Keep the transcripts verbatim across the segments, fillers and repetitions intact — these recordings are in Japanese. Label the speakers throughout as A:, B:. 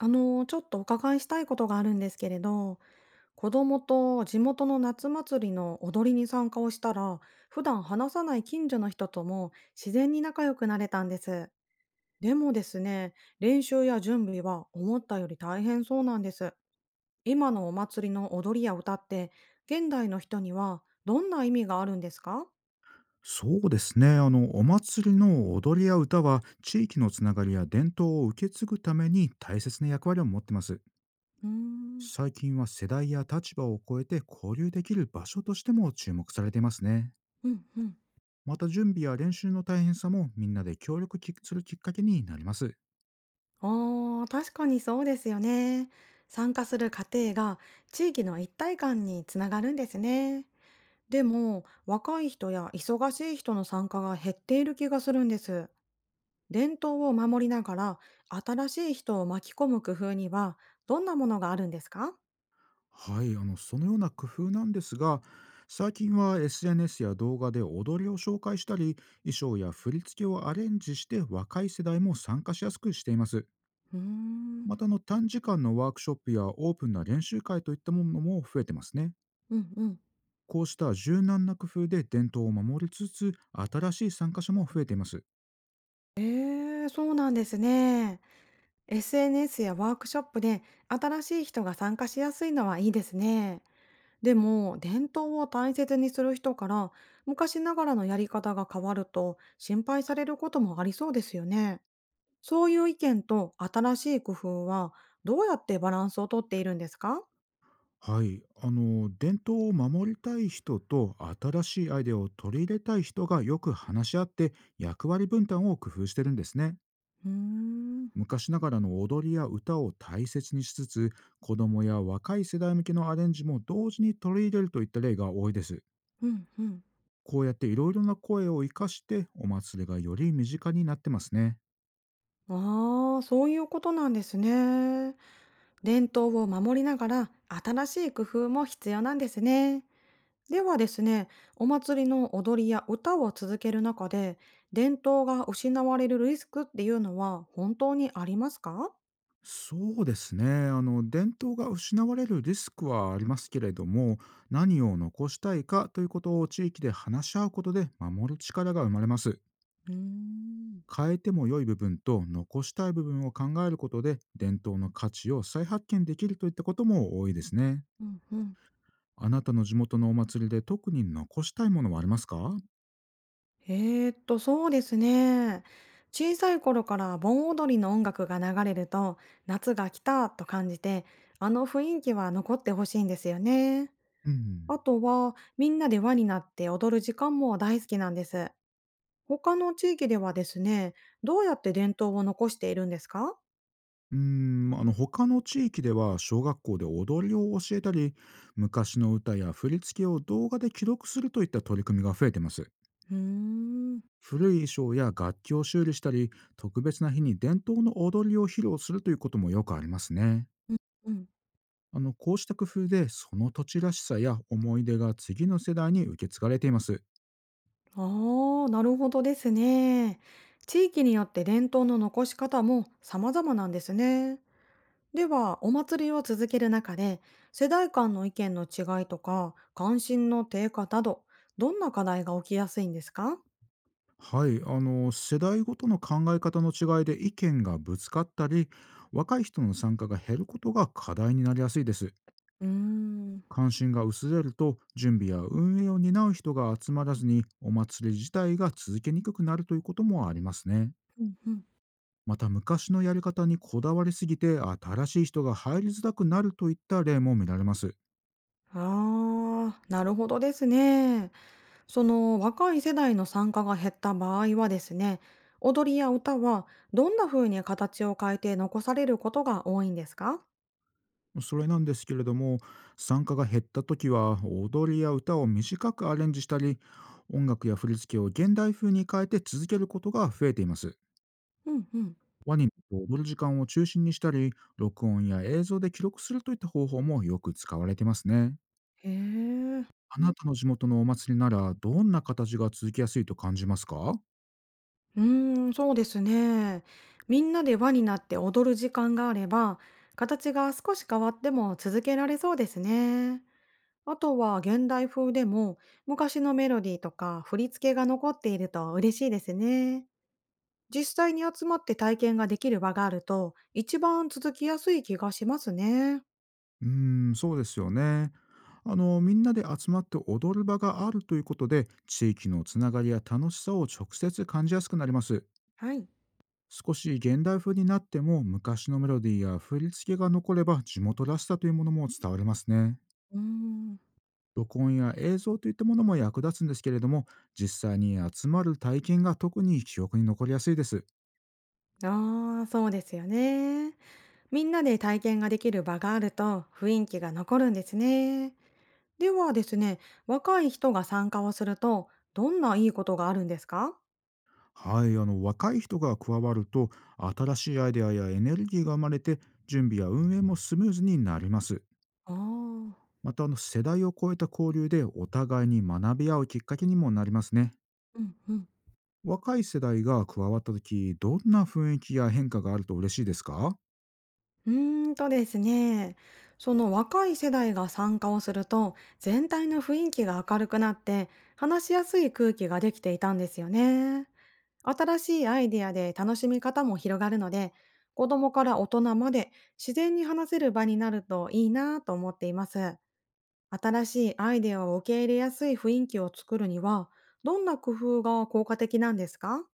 A: あの、ちょっとお伺いしたいことがあるんですけれど、子供と地元の夏祭りの踊りに参加をしたら、普段話さない近所の人とも自然に仲良くなれたんです。でもですね、練習や準備は思ったより大変そうなんです。今のお祭りの踊りや歌って、現代の人にはどんな意味があるんですか？
B: そうですね。あの、お祭りの踊りや歌は、地域のつながりや伝統を受け継ぐために大切な役割を持ってます。
A: うーん、
B: 最近は世代や立場を超えて交流できる場所としても注目されていますね。
A: うん、うん。
B: また、準備や練習の大変さもみんなで協力きするきっかけになります。
A: あー確かにそうですよね。参加する過程が地域の一体感につながるんですね。でも、若い人や忙しい人の参加が減っている気がするんです。伝統を守りながら、新しい人を巻き込む工夫には、どんなものがあるんですか？
B: はい、あの、そのような工夫なんですが、最近は エスエヌエス や動画で踊りを紹介したり、衣装や振り付けをアレンジして若い世代も参加しやすくしています。
A: うーん、
B: また、あの短時間のワークショップやオープンな練習会といったものも増えてますね。
A: うんうん。
B: こうした柔軟な工夫で伝統を守りつつ、新しい参加者も増えています。
A: ええ、そうなんですね。エスエヌエス やワークショップで新しい人が参加しやすいのはいいですね。でも伝統を大切にする人から昔ながらのやり方が変わると心配されることもありそうですよね。そういう意見と新しい工夫はどうやってバランスをとっているんですか？
B: はい、あの伝統を守りたい人と新しいアイデアを取り入れたい人がよく話し合って、役割分担を工夫してるんですね。
A: うーん、
B: 昔ながらの踊りや歌を大切にしつつ、子供や若い世代向けのアレンジも同時に取り入れるといった例が多いです。
A: うんうん。
B: こうやっていろいろな声を生かして、お祭りがより身近になってますね。
A: ああ、そういうことなんですね。伝統を守りながら新しい工夫も必要なんですね。ではですね、お祭りの踊りや歌を続ける中で、伝統が失われるリスクっていうのは本当にありますか？
B: そうですね。あの伝統が失われるリスクはありますけれども、何を残したいかということを地域で話し合うことで守る力が生まれます。
A: うーん。
B: 変えても良い部分と残したい部分を考えることで、伝統の価値を再発見できるといったことも多いですね。
A: うんうん。
B: あなたの地元のお祭りで特に残したいものはありますか？
A: えー、っと、そうですね。小さい頃から盆踊りの音楽が流れると、夏が来たと感じて、あの雰囲気は残ってほしいんですよね。
B: うん。
A: あとは、みんなで輪になって踊る時間も大好きなんです。他の地域ではですね、どうやって伝統を残しているんですか？
B: うーん、あの他の地域では、小学校で踊りを教えたり、昔の歌や振り付けを動画で記録するといった取り組みが増えてます。
A: うーん、
B: 古い衣装や楽器を修理したり、特別な日に伝統の踊りを披露するということもよくありますね。
A: うん。
B: あのこうした工夫で、その土地らしさや思い出が次の世代に受け継がれています。
A: ああ、なるほどですね。地域によって伝統の残し方も様々なんですね。では、お祭りを続ける中で、世代間の意見の違いとか、関心の低下など、どんな課題が起きやすいんですか？
B: はい、あの世代ごとの考え方の違いで意見がぶつかったり、若い人の参加が減ることが課題になりやすいです。
A: うーん、
B: 関心が薄れると、準備や運営を担う人が集まらずに、お祭り自体が続けにくくなるということもありますね。
A: うん、うん。
B: また、昔のやり方にこだわりすぎて新しい人が入りづらくなるといった例も見られます。
A: ああ、なるほどですね。その若い世代の参加が減った場合はですね、踊りや歌はどんな風に形を変えて残されることが多いんですか？
B: それなんですけれども、参加が減った時は踊りや歌を短くアレンジしたり、音楽や振り付けを現代風に変えて続けることが増えています。
A: うんうん。
B: ワニの踊る時間を中心にしたり、録音や映像で記録するといった方法もよく使われていますね。
A: へえ。
B: あなたの地元のお祭りなら、どんな形が続きやすいと感じますか？
A: うーん、そうですね。みんなで輪になって踊る時間があれば、形が少し変わっても続けられそうですね。あとは現代風でも昔のメロディーとか振り付けが残っていると嬉しいですね。実際に集まって体験ができる場があると、一番続きやすい気がしますね。
B: うーん、そうですよね。あの、みんなで集まって踊る場があるということで、地域のつながりや楽しさを直接感じやすくなります。
A: はい。
B: 少し現代風になっても、昔のメロディーや振り付けが残れば、地元らしさというものも伝わりますね。
A: うーん。
B: 録音や映像といったものも役立つんですけれども、実際に集まる体験が特に記憶に残りやすいです。
A: ああ、そうですよね。みんなで体験ができる場があると雰囲気が残るんですね。ではですね、若い人が参加をすると、どんないいことがあるんですか？
B: はい、あの若い人が加わると、新しいアイデアやエネルギーが生まれて、準備や運営もスムーズになります。
A: ああー。
B: また、あの世代を超えた交流で、お互いに学び合うきっかけにもなりますね。
A: うんうん。
B: 若い世代が加わった時、どんな雰囲気や変化があると嬉しいですか？
A: うーんとですね、その若い世代が参加をすると、全体の雰囲気が明るくなって、話しやすい空気ができていたんですよね。新しいアイデアで楽しみ方も広がるので、子供から大人まで自然に話せる場になるといいなぁと思っています。新しいアイデアを受け入れやすい雰囲気を作るには、どんな工夫が効果的なんですか？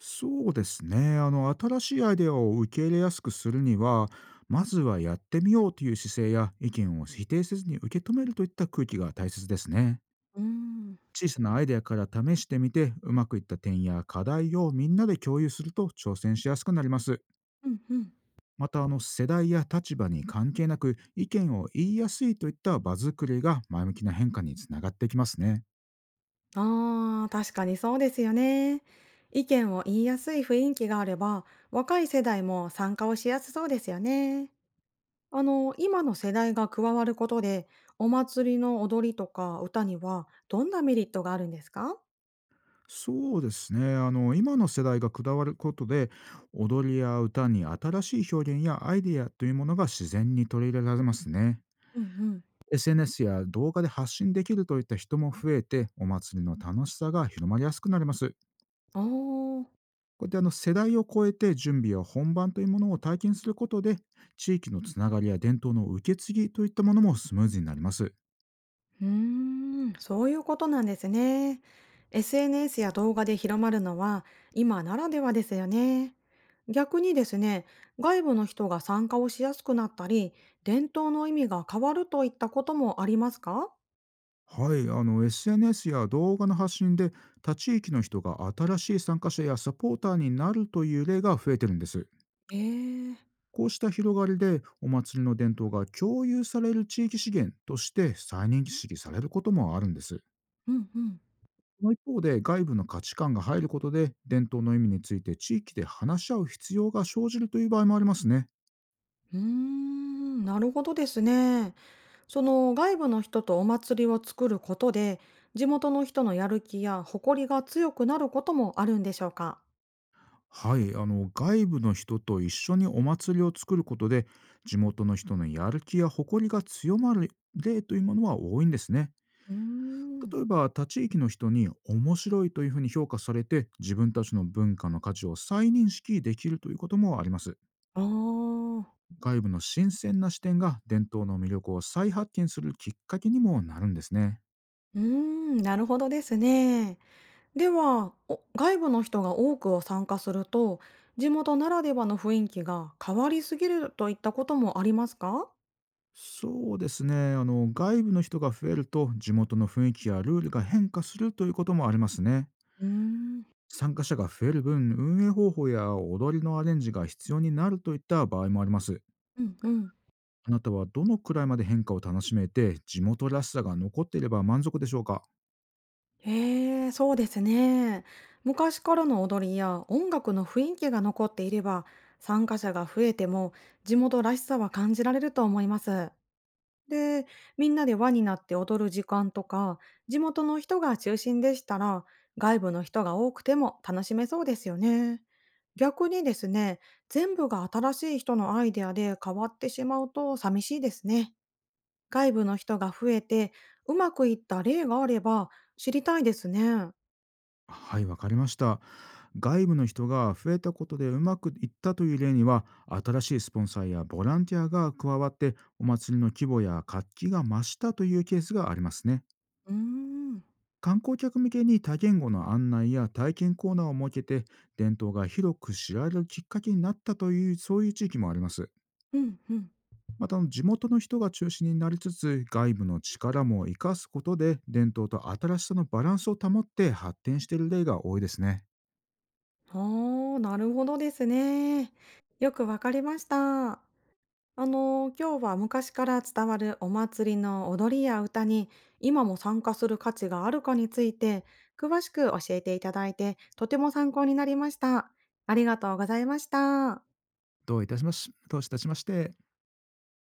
B: そうですね。あの新しいアイデアを受け入れやすくするには、まずはやってみようという姿勢や、意見を否定せずに受け止めるといった空気が大切ですね。
A: うーん。
B: 小さなアイデアから試してみて、うまくいった点や課題をみんなで共有すると、挑戦しやすくなります。
A: うんうん。
B: また、あの世代や立場に関係なく意見を言いやすいといった場作りが、前向きな変化につながってきますね。
A: ああ、確かにそうですよね。意見を言いやすい雰囲気があれば、若い世代も参加をしやすそうですよね。あの、今の世代が加わることで、お祭りの踊りとか歌にはどんなメリットがあるんですか？
B: そうですね。あの今の世代がこだわることで、踊りや歌に新しい表現やアイデアというものが自然に取り入れられますね。
A: うんうん。
B: エスエヌエス や動画で発信できるといった人も増えて、お祭りの楽しさが広まりやすくなります。
A: ああ。
B: こうやって、あの世代を超えて準備や本番というものを体験することで、地域のつながりや伝統の受け継ぎといったものもスムーズになります。
A: うーん、そういうことなんですね。エスエヌエス や動画で広まるのは今ならではですよね。逆にですね、外部の人が参加をしやすくなったり、伝統の意味が変わるといったこともありますか？
B: はい、あの エスエヌエス や動画の発信で、他地域の人が新しい参加者やサポーターになるという例が増えてるんです。
A: ええ。
B: こうした広がりで、お祭りの伝統が共有される地域資源として再認識されることもあるんです。
A: うんうん。
B: その一方で、外部の価値観が入ることで、伝統の意味について地域で話し合う必要が生じるという場合もありますね。
A: うーん、なるほどですね。その外部の人とお祭りを作ることで、地元の人のやる気や誇りが強くなることもあるんでしょうか？
B: はい、あの外部の人と一緒にお祭りを作ることで、地元の人のやる気や誇りが強まる例というものは多いんですね。
A: うーん。
B: 例えば、他地域の人に面白いというふうに評価されて、自分たちの文化の価値を再認識できるということもあります。
A: ああ。
B: 外部の新鮮な視点が、伝統の魅力を再発見するきっかけにもなるんですね。
A: うーん、なるほどですね。では、お外部の人が多くを参加すると、地元ならではの雰囲気が変わりすぎるといったこともありますか？
B: そうですね。あの外部の人が増えると、地元の雰囲気やルールが変化するということもありますね。
A: うーん、
B: 参加者が増える分、運営方法や踊りのアレンジが必要になるといった場合もあります。
A: うんうん。
B: あなたはどのくらいまで変化を楽しめて、地元らしさが残っていれば満足でしょうか？
A: へえ、そうですね。昔からの踊りや音楽の雰囲気が残っていれば、参加者が増えても地元らしさは感じられると思います。で、みんなで輪になって踊る時間とか、地元の人が中心でしたら、外部の人が多くても楽しめそうですよね。逆にですね、全部が新しい人のアイデアで変わってしまうと寂しいですね。外部の人が増えて、うまくいった例があれば知りたいですね。
B: はい、わかりました。外部の人が増えたことでうまくいったという例には、新しいスポンサーやボランティアが加わって、お祭りの規模や活気が増したというケースがありますね。
A: うーん。
B: 観光客向けに多言語の案内や体験コーナーを設けて、伝統が広く知られるきっかけになったという、そういう地域もあります。
A: うんうん。
B: また、あの地元の人が中心になりつつ、外部の力も生かすことで、伝統と新しさのバランスを保って発展している例が多いですね。
A: ああ、なるほどですね。よくわかりました。あのー今日は昔から伝わるお祭りの踊りや歌に今も参加する価値があるかについて詳しく教えていただいてとても参考になりました。ありがとうございました。
B: どういたしまし、どういたしまして。